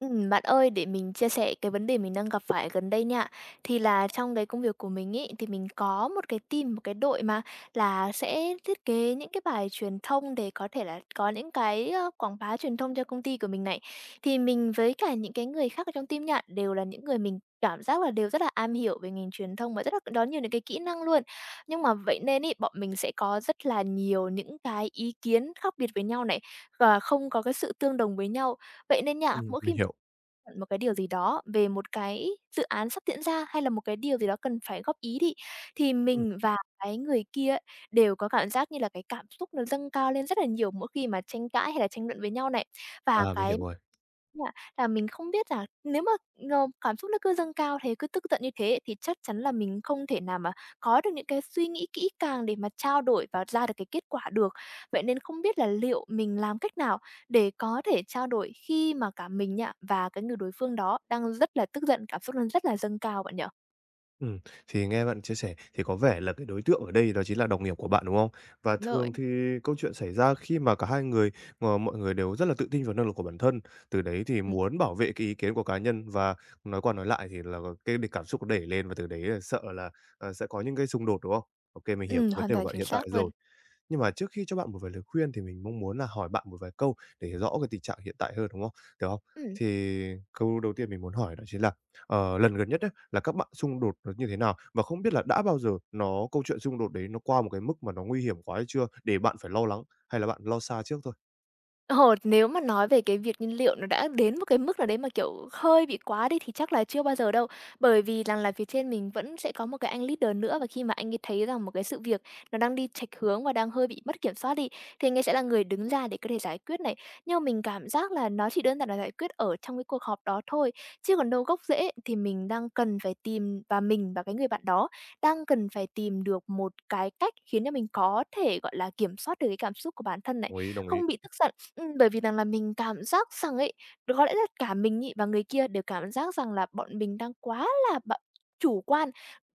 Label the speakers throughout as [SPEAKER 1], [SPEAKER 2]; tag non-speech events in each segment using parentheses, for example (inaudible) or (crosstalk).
[SPEAKER 1] Bạn ơi, để mình chia sẻ cái vấn đề mình đang gặp phải gần đây nha. Thì là trong cái công việc của mình ý thì mình có một cái team, một cái đội mà là sẽ thiết kế những cái bài truyền thông để có thể là có những cái quảng bá truyền thông cho công ty của mình này. Thì mình với cả những cái người khác ở trong team nha, đều là những người mình cảm giác là đều rất là am hiểu về ngành truyền thông và rất là có nhiều những cái kỹ năng luôn. Nhưng mà vậy nên ý bọn mình sẽ có rất là nhiều những cái ý kiến khác biệt với nhau này, và không có cái sự tương đồng với nhau. Vậy nên nha, mỗi khi
[SPEAKER 2] Mình hiểu.
[SPEAKER 1] một cái điều gì đó về một cái dự án sắp diễn ra, hay là một cái điều gì đó cần phải góp ý đi, thì
[SPEAKER 2] Ừm.
[SPEAKER 1] mình và cái người kia ấy đều có cảm giác như là cái cảm xúc nó dâng cao lên rất là nhiều mỗi khi mà tranh cãi hay là tranh luận với nhau này. Và
[SPEAKER 2] À, mình hiểu
[SPEAKER 1] cái
[SPEAKER 2] rồi.
[SPEAKER 1] là mình không biết là nếu mà, cảm xúc nó cứ dâng cao thế, cứ tức giận như thế thì chắc chắn là mình không thể nào mà có được những cái suy nghĩ kỹ càng để mà trao đổi và ra được cái kết quả được. Vậy nên không biết là liệu mình làm cách nào để có thể trao đổi khi mà cả mình nha và cái người đối phương đó đang rất là tức giận, cảm xúc đang rất là dâng cao bạn nhỉ?
[SPEAKER 2] Ừm, thì nghe bạn chia sẻ thì có vẻ là cái đối tượng ở đây đó chính là đồng nghiệp của bạn, đúng không? Và
[SPEAKER 1] Đúng rồi.
[SPEAKER 2] thường thì câu chuyện xảy ra khi mà cả hai người, mọi người đều rất là tự tin vào năng lực của bản thân, từ đấy thì
[SPEAKER 1] Ừm,
[SPEAKER 2] muốn bảo vệ cái ý kiến của cá nhân và nói qua nói lại thì là cái cảm xúc nó đẩy lên và từ đấy là sợ là, sẽ có những cái xung đột, đúng không? Ok, mình hiểu cái vấn
[SPEAKER 1] Hoàn
[SPEAKER 2] đề của
[SPEAKER 1] toàn
[SPEAKER 2] bạn
[SPEAKER 1] chính
[SPEAKER 2] hiện tại
[SPEAKER 1] xác
[SPEAKER 2] rồi.
[SPEAKER 1] luôn.
[SPEAKER 2] Nhưng mà trước khi cho bạn một vài lời khuyên thì mình mong muốn là hỏi bạn một vài câu để rõ cái tình trạng hiện tại hơn, đúng không? Được không?
[SPEAKER 1] Ừm.
[SPEAKER 2] Thì câu đầu tiên mình muốn hỏi đó chính là, lần gần nhất ấy, là các bạn xung đột nó như thế nào? Và không biết là đã bao giờ nó câu chuyện xung đột đấy nó qua một cái mức mà nó nguy hiểm quá hay chưa để bạn phải lo lắng, hay là bạn lo xa trước thôi?
[SPEAKER 1] Ồ, nếu mà nói về cái việc nhiên liệu nó đã đến một cái mức nào đấy mà, kiểu, hơi bị quá đi thì chắc là chưa bao giờ đâu. Bởi vì rằng là phía trên mình vẫn sẽ có một cái anh leader nữa và khi mà anh ấy thấy rằng một cái sự việc nó đang đi chệch hướng và đang hơi bị mất kiểm soát đi, thì anh ấy sẽ là người đứng ra để có thể giải quyết này. Nhưng mà mình cảm giác là nó chỉ đơn giản là giải quyết ở trong cái cuộc họp đó thôi, chứ còn đâu gốc rễ thì mình đang cần phải tìm và mình và cái người bạn đó đang cần phải tìm được một cái cách khiến cho mình có thể, gọi là, kiểm soát được cái cảm xúc của bản thân này,
[SPEAKER 2] Đồng ý, đồng ý.
[SPEAKER 1] không bị tức giận. Bởi vì rằng là mình cảm giác rằng ấy, có lẽ là cả mình ấy và người kia đều cảm giác rằng là bọn mình đang quá là chủ quan,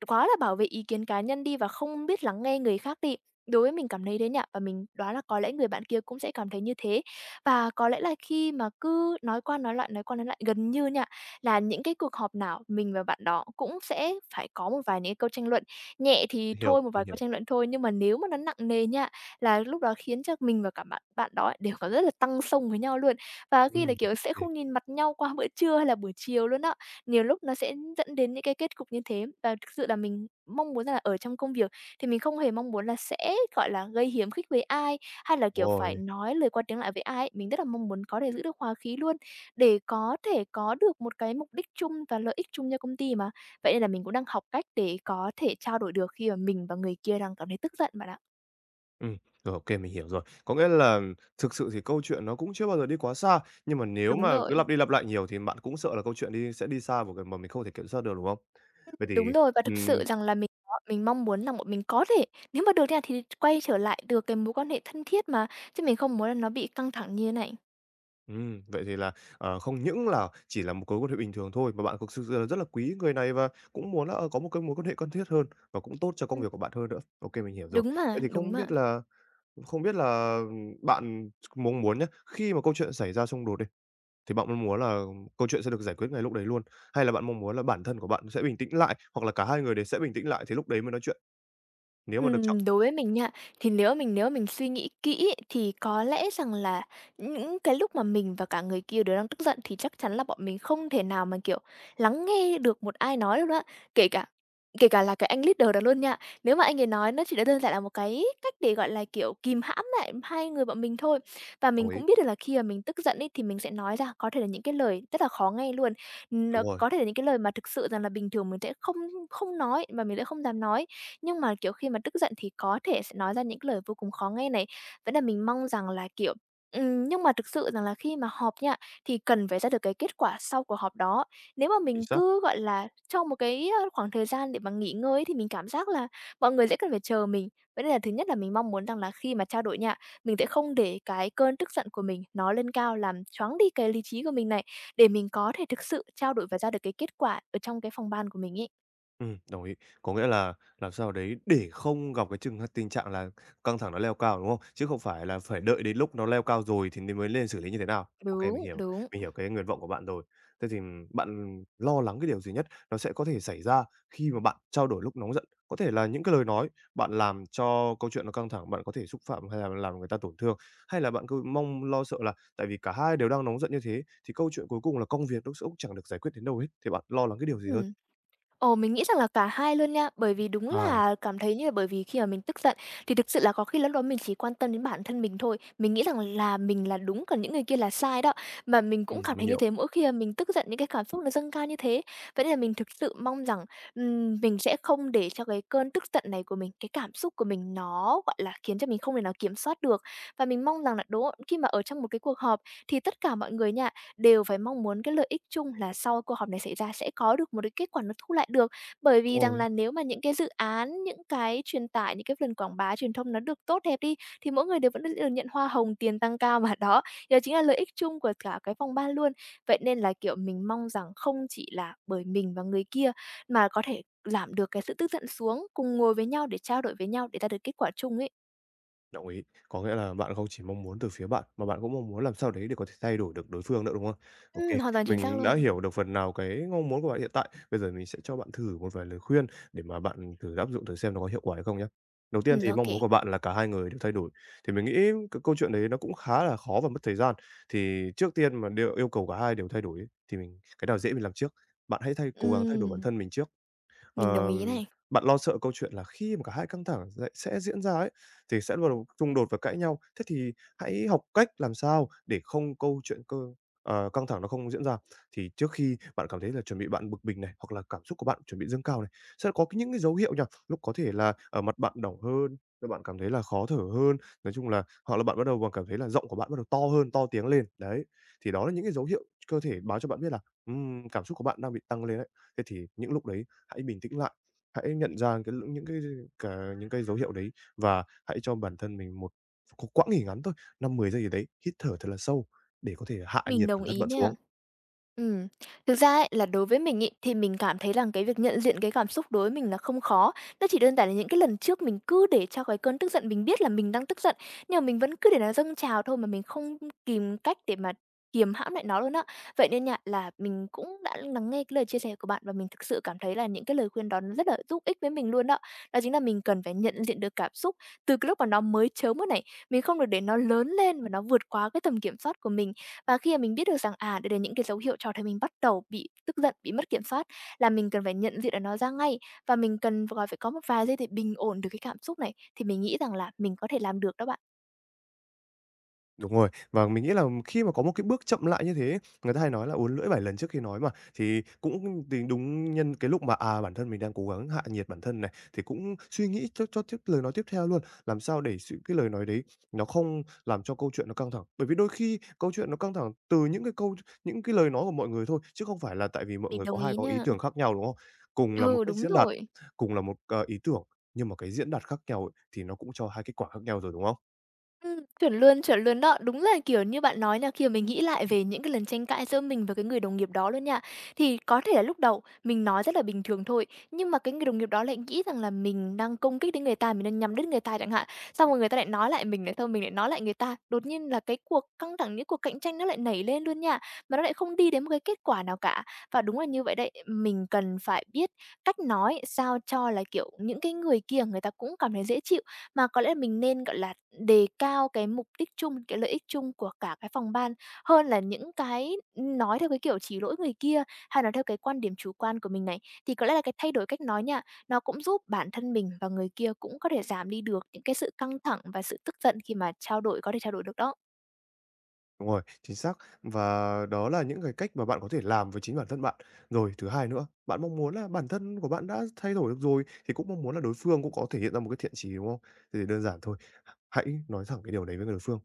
[SPEAKER 1] quá là bảo vệ ý kiến cá nhân đi và không biết lắng nghe người khác đi. Đối với mình cảm thấy thế nha, và mình đoán là có lẽ người bạn kia cũng sẽ cảm thấy như thế. Và có lẽ là khi mà cứ nói qua nói lại, nói qua nói lại gần như nha, là những cái cuộc họp nào mình và bạn đó cũng sẽ phải có một vài những cái câu tranh luận. Nhẹ thì
[SPEAKER 2] Mình hiểu,
[SPEAKER 1] thôi, một
[SPEAKER 2] mình
[SPEAKER 1] vài câu
[SPEAKER 2] hiểu.
[SPEAKER 1] tranh luận thôi, nhưng mà nếu mà nó nặng nề nha là lúc đó khiến cho mình và cả bạn bạn đó ấy đều có rất là tăng xông với nhau luôn. Và khi là,
[SPEAKER 2] Ô
[SPEAKER 1] kiểu, sẽ không nhìn mặt nhau qua bữa trưa hay là buổi chiều luôn á. Nhiều lúc nó sẽ dẫn đến những cái kết cục như thế và thực sự là mình mong muốn là ở trong công việc thì mình không hề mong muốn là sẽ, gọi là, gây hiếm khích với ai, hay là,
[SPEAKER 2] đúng
[SPEAKER 1] kiểu,
[SPEAKER 2] rồi.
[SPEAKER 1] phải nói lời qua tiếng lại với ai ấy. Mình rất là mong muốn có thể giữ được hòa khí luôn, để có thể có được một cái mục đích chung và lợi ích chung cho công ty mà. Vậy nên là mình cũng đang học cách để có thể trao đổi được khi mà mình và người kia đang cảm thấy tức giận bạn ạ.
[SPEAKER 2] Ừm, rồi, ô kê, mình hiểu rồi. Có nghĩa là thực sự thì câu chuyện nó cũng chưa bao giờ đi quá xa, nhưng mà nếu
[SPEAKER 1] Đúng
[SPEAKER 2] mà cứ
[SPEAKER 1] rồi.
[SPEAKER 2] lặp đi lặp lại nhiều thì bạn cũng sợ là câu chuyện sẽ đi xa một cái mà mình không thể kiểm soát được, đúng không? Vậy thì,
[SPEAKER 1] Đúng rồi, và thực
[SPEAKER 2] ừm,
[SPEAKER 1] sự rằng là mình mong muốn là bọn mình có thể nếu mà được nha thì quay trở lại được cái mối quan hệ thân thiết mà, chứ mình không muốn là nó bị căng thẳng như thế này.
[SPEAKER 2] vậy thì là, không những là chỉ là một mối quan hệ bình thường thôi, mà bạn thực sự là rất là quý người này và cũng muốn là, có một cái mối quan hệ thân thiết hơn và cũng tốt cho công
[SPEAKER 1] Ừm,
[SPEAKER 2] việc của bạn hơn nữa. Ô kê, mình hiểu rồi.
[SPEAKER 1] đúng
[SPEAKER 2] Vậy
[SPEAKER 1] mà,
[SPEAKER 2] thì
[SPEAKER 1] đúng
[SPEAKER 2] không
[SPEAKER 1] mà.
[SPEAKER 2] biết là không biết là bạn muốn muốn nhá, khi mà câu chuyện xảy ra xung đột đi, thì bạn mong muốn là câu chuyện sẽ được giải quyết ngay lúc đấy luôn? Hay là bạn mong muốn là bản thân của bạn sẽ bình tĩnh lại, hoặc là cả hai người đều sẽ bình tĩnh lại thì lúc đấy mới nói chuyện, nếu mà được chọn?
[SPEAKER 1] Đối với mình nha, thì nếu mình suy nghĩ kỹ ấy, thì có lẽ rằng là những cái lúc mà mình và cả người kia đều đang tức giận thì chắc chắn là bọn mình không thể nào mà, kiểu, lắng nghe được một ai nói được đó. Kể cả Kể cả là cái anh leader đó luôn nha. Nếu mà anh ấy nói nó chỉ đơn giản là một cái cách để, gọi là, kiểu, kìm hãm lại hai người bọn mình thôi. Và
[SPEAKER 2] Đồng
[SPEAKER 1] mình
[SPEAKER 2] ý,
[SPEAKER 1] cũng biết được là khi mà mình tức giận ấy thì mình sẽ nói ra có thể là những cái lời rất là khó nghe luôn.
[SPEAKER 2] đúng
[SPEAKER 1] Nó
[SPEAKER 2] rồi,
[SPEAKER 1] có thể là những cái lời mà thực sự rằng là bình thường mình sẽ không không nói và mình sẽ không dám nói, nhưng mà, kiểu, khi mà tức giận thì có thể sẽ nói ra những cái lời vô cùng khó nghe này. Vẫn là mình mong rằng là, kiểu, nhưng mà thực sự rằng là khi mà họp nha, thì cần phải ra được cái kết quả sau của họp đó. Nếu mà
[SPEAKER 2] chính
[SPEAKER 1] mình
[SPEAKER 2] xác.
[SPEAKER 1] cứ, gọi là, trong một cái, khoảng thời gian để mà nghỉ ngơi ấy thì mình cảm giác là mọi người sẽ cần phải chờ mình. Vậy nên là thứ nhất là mình mong muốn rằng là khi mà trao đổi nha mình sẽ không để cái cơn tức giận của mình nó lên cao làm choáng đi cái lý trí của mình này, để mình có thể thực sự trao đổi và ra được cái kết quả ở trong cái phòng ban của mình ấy.
[SPEAKER 2] Đồng ý. Có nghĩa là làm sao đấy để không gặp cái trường h tình trạng là căng thẳng nó leo cao, đúng không? Chứ không phải là phải đợi đến lúc nó leo cao rồi thì nên mới lên xử lý như thế nào. Ok,
[SPEAKER 1] Đúng, đúng.
[SPEAKER 2] mình hiểu cái nguyện vọng của bạn rồi. Thế thì bạn lo lắng cái điều gì nhất nó sẽ có thể xảy ra khi mà bạn trao đổi lúc nóng giận? Có thể là những cái lời nói bạn làm cho câu chuyện nó căng thẳng, bạn có thể xúc phạm hay là làm người ta tổn thương, hay là bạn cứ mong lo sợ là tại vì cả hai đều đang nóng giận như thế thì câu chuyện cuối cùng là công việc nó cũng chẳng được giải quyết đến đâu hết, thì bạn lo lắng cái điều gì hơn?
[SPEAKER 1] Ừm. Ồ, mình nghĩ rằng là cả hai luôn nha, bởi vì đúng
[SPEAKER 2] À.
[SPEAKER 1] là cảm thấy như là bởi vì khi mà mình tức giận thì thực sự là có khi lúc đó mình chỉ quan tâm đến bản thân mình thôi. Mình nghĩ rằng là mình là đúng, còn những người kia là sai đó. Mà mình cũng cảm
[SPEAKER 2] Mình
[SPEAKER 1] thấy như
[SPEAKER 2] hiểu,
[SPEAKER 1] thế mỗi khi mà mình tức giận những cái cảm xúc nó dâng cao như thế. Vậy nên là mình thực sự mong rằng, mình sẽ không để cho cái cơn tức giận này của mình, cái cảm xúc của mình nó, gọi là, khiến cho mình không thể nào kiểm soát được. Và mình mong rằng là đố khi mà ở trong một cái cuộc họp thì tất cả mọi người nha, đều phải mong muốn cái lợi ích chung là sau cuộc họp này xảy ra sẽ có được một cái kết quả nó thu lại được. Bởi
[SPEAKER 2] đúng
[SPEAKER 1] vì rằng
[SPEAKER 2] rồi,
[SPEAKER 1] là nếu mà những cái dự án, những cái truyền tải, những cái lần quảng bá truyền thông nó được tốt đẹp đi, thì mỗi người đều vẫn được nhận hoa hồng, tiền tăng cao mà. (laughs) Đó, đó chính là lợi ích chung của cả cái phòng ban luôn. Vậy nên là, kiểu, mình mong rằng không chỉ là bởi mình và người kia mà có thể giảm được cái sự tức giận xuống, cùng ngồi với nhau để trao đổi với nhau để ra được kết quả chung ấy.
[SPEAKER 2] đồng ý. Có nghĩa là bạn không chỉ mong muốn từ phía bạn, mà bạn cũng mong muốn làm sao đấy để có thể thay đổi được đối phương nữa, đúng không? Ô kê,
[SPEAKER 1] Hoàn toàn chính xác
[SPEAKER 2] mình đã
[SPEAKER 1] luôn.
[SPEAKER 2] hiểu được phần nào cái mong muốn của bạn hiện tại. Bây giờ mình sẽ cho bạn thử một vài lời khuyên để mà bạn thử áp dụng thử xem nó có hiệu quả hay không nhá. Đầu tiên thì
[SPEAKER 1] Ô.
[SPEAKER 2] mong muốn của bạn là cả hai người đều thay đổi, thì mình nghĩ cái câu chuyện đấy nó cũng khá là khó và mất thời gian. Thì trước tiên mà đều yêu cầu cả hai đều thay đổi ấy, thì mình cái nào dễ mình làm trước. Bạn hãy cố gắng thay đổi bản
[SPEAKER 1] Ừm,
[SPEAKER 2] thân mình trước.
[SPEAKER 1] mình đồng
[SPEAKER 2] Ờ,
[SPEAKER 1] ý này,
[SPEAKER 2] bạn lo sợ câu chuyện là khi mà cả hai căng thẳng lại sẽ diễn ra ấy, thì sẽ bắt đầu xung đột và cãi nhau. Thế thì hãy học cách làm sao để không câu chuyện cơ ờ, căng thẳng nó không diễn ra. Thì trước khi bạn cảm thấy là chuẩn bị bạn bực mình này, hoặc là cảm xúc của bạn chuẩn bị dâng cao này, sẽ có những cái dấu hiệu nha, lúc có thể là ở mặt bạn đỏ hơn, rồi bạn cảm thấy là khó thở hơn, nói chung là hoặc là bạn bắt đầu bạn cảm thấy là giọng của bạn bắt đầu to hơn, to tiếng lên, đấy. Thì đó là những cái dấu hiệu cơ thể báo cho bạn biết là, cảm xúc của bạn đang bị tăng lên đấy. Thế thì những lúc đấy hãy bình tĩnh lại, hãy nhận ra cái l những cái cả những cái dấu hiệu đấy và hãy cho bản thân mình một quãng nghỉ ngắn thôi, năm mười giây gì đấy, hít thở thật là sâu để có thể hạ
[SPEAKER 1] mình
[SPEAKER 2] nhiệt
[SPEAKER 1] đồng
[SPEAKER 2] bản thân
[SPEAKER 1] ý
[SPEAKER 2] bạn
[SPEAKER 1] nè.
[SPEAKER 2] xuống.
[SPEAKER 1] Ừm, thực ra ấy, là đối với mình ấy, thì mình cảm thấy rằng cái việc nhận diện cái cảm xúc đối với mình là không khó. Nó chỉ đơn giản là những cái lần trước mình cứ để cho cái cơn tức giận mình biết là mình đang tức giận, nhưng mà mình vẫn cứ để nó dâng trào thôi mà mình không kìm cách để mà kiềm hãm lại nó luôn á. Vậy nên nha, là mình cũng đã lắng nghe cái lời chia sẻ của bạn và mình thực sự cảm thấy là những cái lời khuyên đó nó rất là giúp ích với mình luôn đó. Đó chính là mình cần phải nhận diện được cảm xúc từ cái lúc mà nó mới chớm mới này, mình không được để nó lớn lên và nó vượt quá cái tầm kiểm soát của mình. Và khi mà mình biết được rằng, à, đấy là những cái dấu hiệu cho thấy mình bắt đầu bị tức giận, bị mất kiểm soát, là mình cần phải nhận diện được nó ra ngay, và mình cần gọi phải có một vài giây để bình ổn được cái cảm xúc này, thì mình nghĩ rằng là mình có thể làm được đó bạn.
[SPEAKER 2] Đúng rồi, và mình nghĩ là khi mà có một cái bước chậm lại như thế ấy, người ta hay nói là uốn lưỡi 7 lần trước khi nói mà, thì cũng tính đúng nhân cái lúc mà, à, bản thân mình đang cố gắng hạ nhiệt bản thân này, thì cũng suy nghĩ cho tiếp lời nói tiếp theo luôn, làm sao để cái lời nói đấy nó không làm cho câu chuyện nó căng thẳng. Bởi vì đôi khi câu chuyện nó căng thẳng từ những cái câu những cái lời nói của mọi người thôi, chứ không phải là tại vì mọi
[SPEAKER 1] Mình
[SPEAKER 2] người
[SPEAKER 1] đồng ý
[SPEAKER 2] có ý
[SPEAKER 1] nha.
[SPEAKER 2] tưởng khác nhau, đúng không? Cùng là một
[SPEAKER 1] Ừ,
[SPEAKER 2] cách
[SPEAKER 1] đúng
[SPEAKER 2] diễn đạt,
[SPEAKER 1] rồi.
[SPEAKER 2] cùng là một, ý tưởng, nhưng mà cái diễn đạt khác nhau ấy, thì nó cũng cho hai kết quả khác nhau rồi, đúng không?
[SPEAKER 1] Chuẩn luôn, chuẩn luôn đó. Đúng là, kiểu như, bạn nói nha, khi mà mình nghĩ lại về những cái lần tranh cãi giữa mình và cái người đồng nghiệp đó luôn nha, thì có thể là lúc đầu mình nói rất là bình thường thôi, nhưng mà cái người đồng nghiệp đó lại nghĩ rằng là mình đang công kích đến người ta, mình đang nhắm đến người ta chẳng hạn. Xong rồi người ta lại nói lại mình, lại thôi mình lại nói lại người ta, đột nhiên là cái cuộc căng thẳng, những cuộc cạnh tranh nó lại nảy lên luôn nha, mà nó lại không đi đến một cái kết quả nào cả. Và đúng là như vậy đấy, mình cần phải biết cách nói sao cho là, kiểu, những cái người kia người ta cũng cảm thấy dễ chịu, mà có lẽ mình nên, gọi là, đề cao cái mục đích chung, cái lợi ích chung của cả cái phòng ban, hơn là những cái nói theo cái kiểu chỉ lỗi người kia, hay nói theo cái quan điểm chủ quan của mình này. Thì có lẽ là cái thay đổi cách nói nha, nó cũng giúp bản thân mình và người kia cũng có thể giảm đi được những cái sự căng thẳng và sự tức giận khi mà trao đổi có thể trao đổi được đó.
[SPEAKER 2] Đúng rồi, chính xác. Và đó là những cái cách mà bạn có thể làm với chính bản thân bạn. Rồi, thứ hai nữa, bạn mong muốn là bản thân của bạn đã thay đổi được rồi, thì cũng mong muốn là đối phương cũng có thể hiện ra một cái thiện chí, đúng không? Thì đơn giản thôi, hãy nói thẳng cái điều đấy với người đối phương.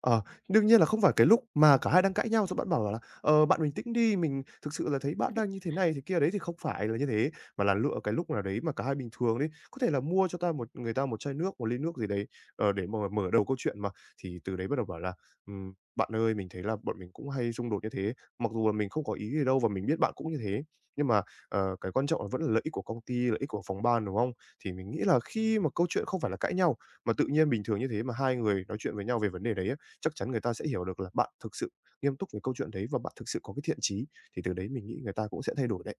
[SPEAKER 2] Ờ, đương nhiên là không phải cái lúc mà cả hai đang cãi nhau xong bạn bảo là "Ờ, bạn bình tĩnh đi, mình thực sự là thấy bạn đang như thế này thế kia" đấy, thì không phải là như thế, mà là lựa cái lúc nào đấy mà cả hai bình thường đi. Có thể là mua cho ta một người ta một chai nước, một ly nước gì đấy, để mà mở đầu câu chuyện mà, thì từ đấy bắt đầu bảo là bạn ơi, mình thấy là bọn mình cũng hay xung đột như thế, mặc dù là mình không có ý gì đâu và mình biết bạn cũng như thế. Nhưng mà, cái quan trọng là vẫn là lợi ích của công ty, lợi ích của phòng ban, đúng không?" Thì mình nghĩ là khi mà câu chuyện không phải là cãi nhau, mà tự nhiên bình thường như thế mà hai người nói chuyện với nhau về vấn đề đấy á, chắc chắn người ta sẽ hiểu được là bạn thực sự nghiêm túc về câu chuyện đấy và bạn thực sự có cái thiện chí, thì từ đấy mình nghĩ người ta cũng sẽ thay đổi đấy.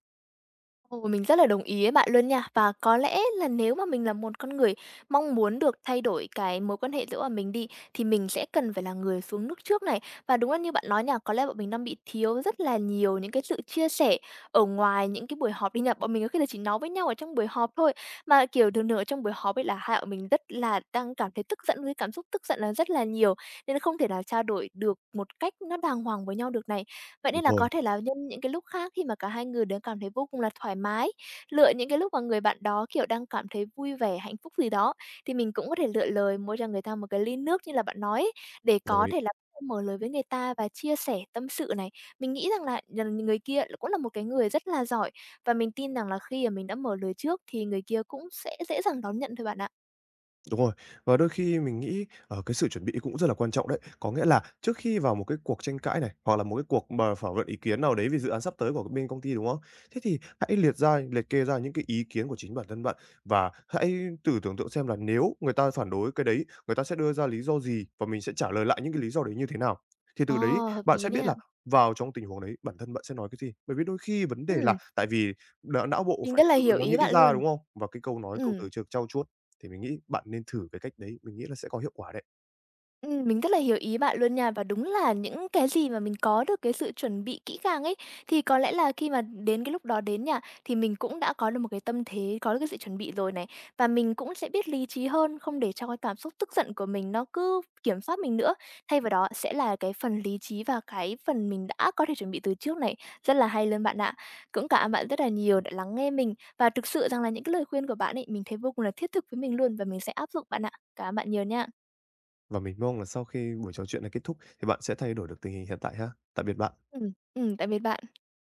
[SPEAKER 1] Ồ, mình rất là đồng ý với bạn luôn nha. Và có lẽ là nếu mà mình là một con người mong muốn được thay đổi cái mối quan hệ giữa bọn mình đi, thì mình sẽ cần phải là người xuống nước trước này. Và đúng là như bạn nói nha, có lẽ bọn mình đang bị thiếu rất là nhiều những cái sự chia sẻ ở ngoài những cái buổi họp đi nha. Bọn mình có khi là chỉ nói với nhau ở trong buổi họp thôi. Mà kiểu thường thường ở trong buổi họp ấy là hai bọn mình rất là đang cảm thấy tức giận, với cảm xúc tức giận là rất là nhiều. Nên không thể nào trao đổi được một cách nó đàng hoàng với nhau được này. Vậy
[SPEAKER 2] Đúng
[SPEAKER 1] nên là
[SPEAKER 2] rồi,
[SPEAKER 1] có thể là nhân những cái lúc khác khi mà cả hai người đều cảm thấy vô cùng là thoải mái, lựa những cái lúc mà người bạn đó, kiểu, đang cảm thấy vui vẻ, hạnh phúc gì đó, thì mình cũng có thể lựa lời mua cho người ta một cái ly nước như là bạn nói ấy, để
[SPEAKER 2] đồng
[SPEAKER 1] có
[SPEAKER 2] ý.
[SPEAKER 1] thể là mở lời với người ta và chia sẻ tâm sự này. Mình nghĩ rằng là dần người kia cũng là một cái người rất là giỏi, và mình tin rằng là khi mà mình đã mở lời trước thì người kia cũng sẽ dễ dàng đón nhận thôi bạn ạ.
[SPEAKER 2] Đúng rồi. Và đôi khi mình nghĩ, ở cái sự chuẩn bị cũng rất là quan trọng đấy. Có nghĩa là trước khi vào một cái cuộc tranh cãi này, hoặc là một cái cuộc mà thảo luận ý kiến nào đấy về dự án sắp tới của bên công ty, đúng không? Thế thì hãy liệt ra, liệt kê ra những cái ý kiến của chính bản thân bạn và hãy thử tưởng tượng xem là nếu người ta phản đối cái đấy, người ta sẽ đưa ra lý do gì và mình sẽ trả lời lại những cái lý do đấy như thế nào. Thì
[SPEAKER 1] Ờ,
[SPEAKER 2] từ đấy
[SPEAKER 1] hợp
[SPEAKER 2] bạn
[SPEAKER 1] lý
[SPEAKER 2] sẽ biết
[SPEAKER 1] nè.
[SPEAKER 2] là vào trong tình huống đấy bản thân bạn sẽ nói cái gì. Bởi vì đôi khi vấn đề là
[SPEAKER 1] Ừm,
[SPEAKER 2] tại vì não não bộ
[SPEAKER 1] mình
[SPEAKER 2] phải
[SPEAKER 1] rất là
[SPEAKER 2] tự
[SPEAKER 1] hiểu
[SPEAKER 2] nó
[SPEAKER 1] ý
[SPEAKER 2] nghĩ
[SPEAKER 1] bạn
[SPEAKER 2] ra,
[SPEAKER 1] luôn.
[SPEAKER 2] đúng không? Và cái câu nói, câu
[SPEAKER 1] Ừm.
[SPEAKER 2] từ chưa trau chuốt thì mình nghĩ bạn nên thử cái cách đấy, mình nghĩ là sẽ có hiệu quả đấy.
[SPEAKER 1] Mình rất là hiểu ý bạn luôn nha. Và đúng là những cái gì mà mình có được cái sự chuẩn bị kỹ càng ấy, thì có lẽ là khi mà đến cái lúc đó đến nha, thì mình cũng đã có được một cái tâm thế, có được cái sự chuẩn bị rồi này. Và mình cũng sẽ biết lý trí hơn, không để cho cái cảm xúc tức giận của mình nó cứ kiểm soát mình nữa. Thay vào đó sẽ là cái phần lý trí và cái phần mình đã có thể chuẩn bị từ trước này. Rất là hay luôn bạn ạ. Cũng cảm ơn bạn rất là nhiều đã lắng nghe mình. Và thực sự rằng là những cái lời khuyên của bạn ấy, mình thấy vô cùng là thiết thực với mình luôn và mình sẽ áp dụng bạn ạ. Cảm ơn bạn nhiều nha.
[SPEAKER 2] Và mình mong là sau khi buổi trò chuyện này kết thúc thì bạn sẽ thay đổi được tình hình hiện tại ha. Tạm biệt bạn.
[SPEAKER 1] Ừ, tại vì ba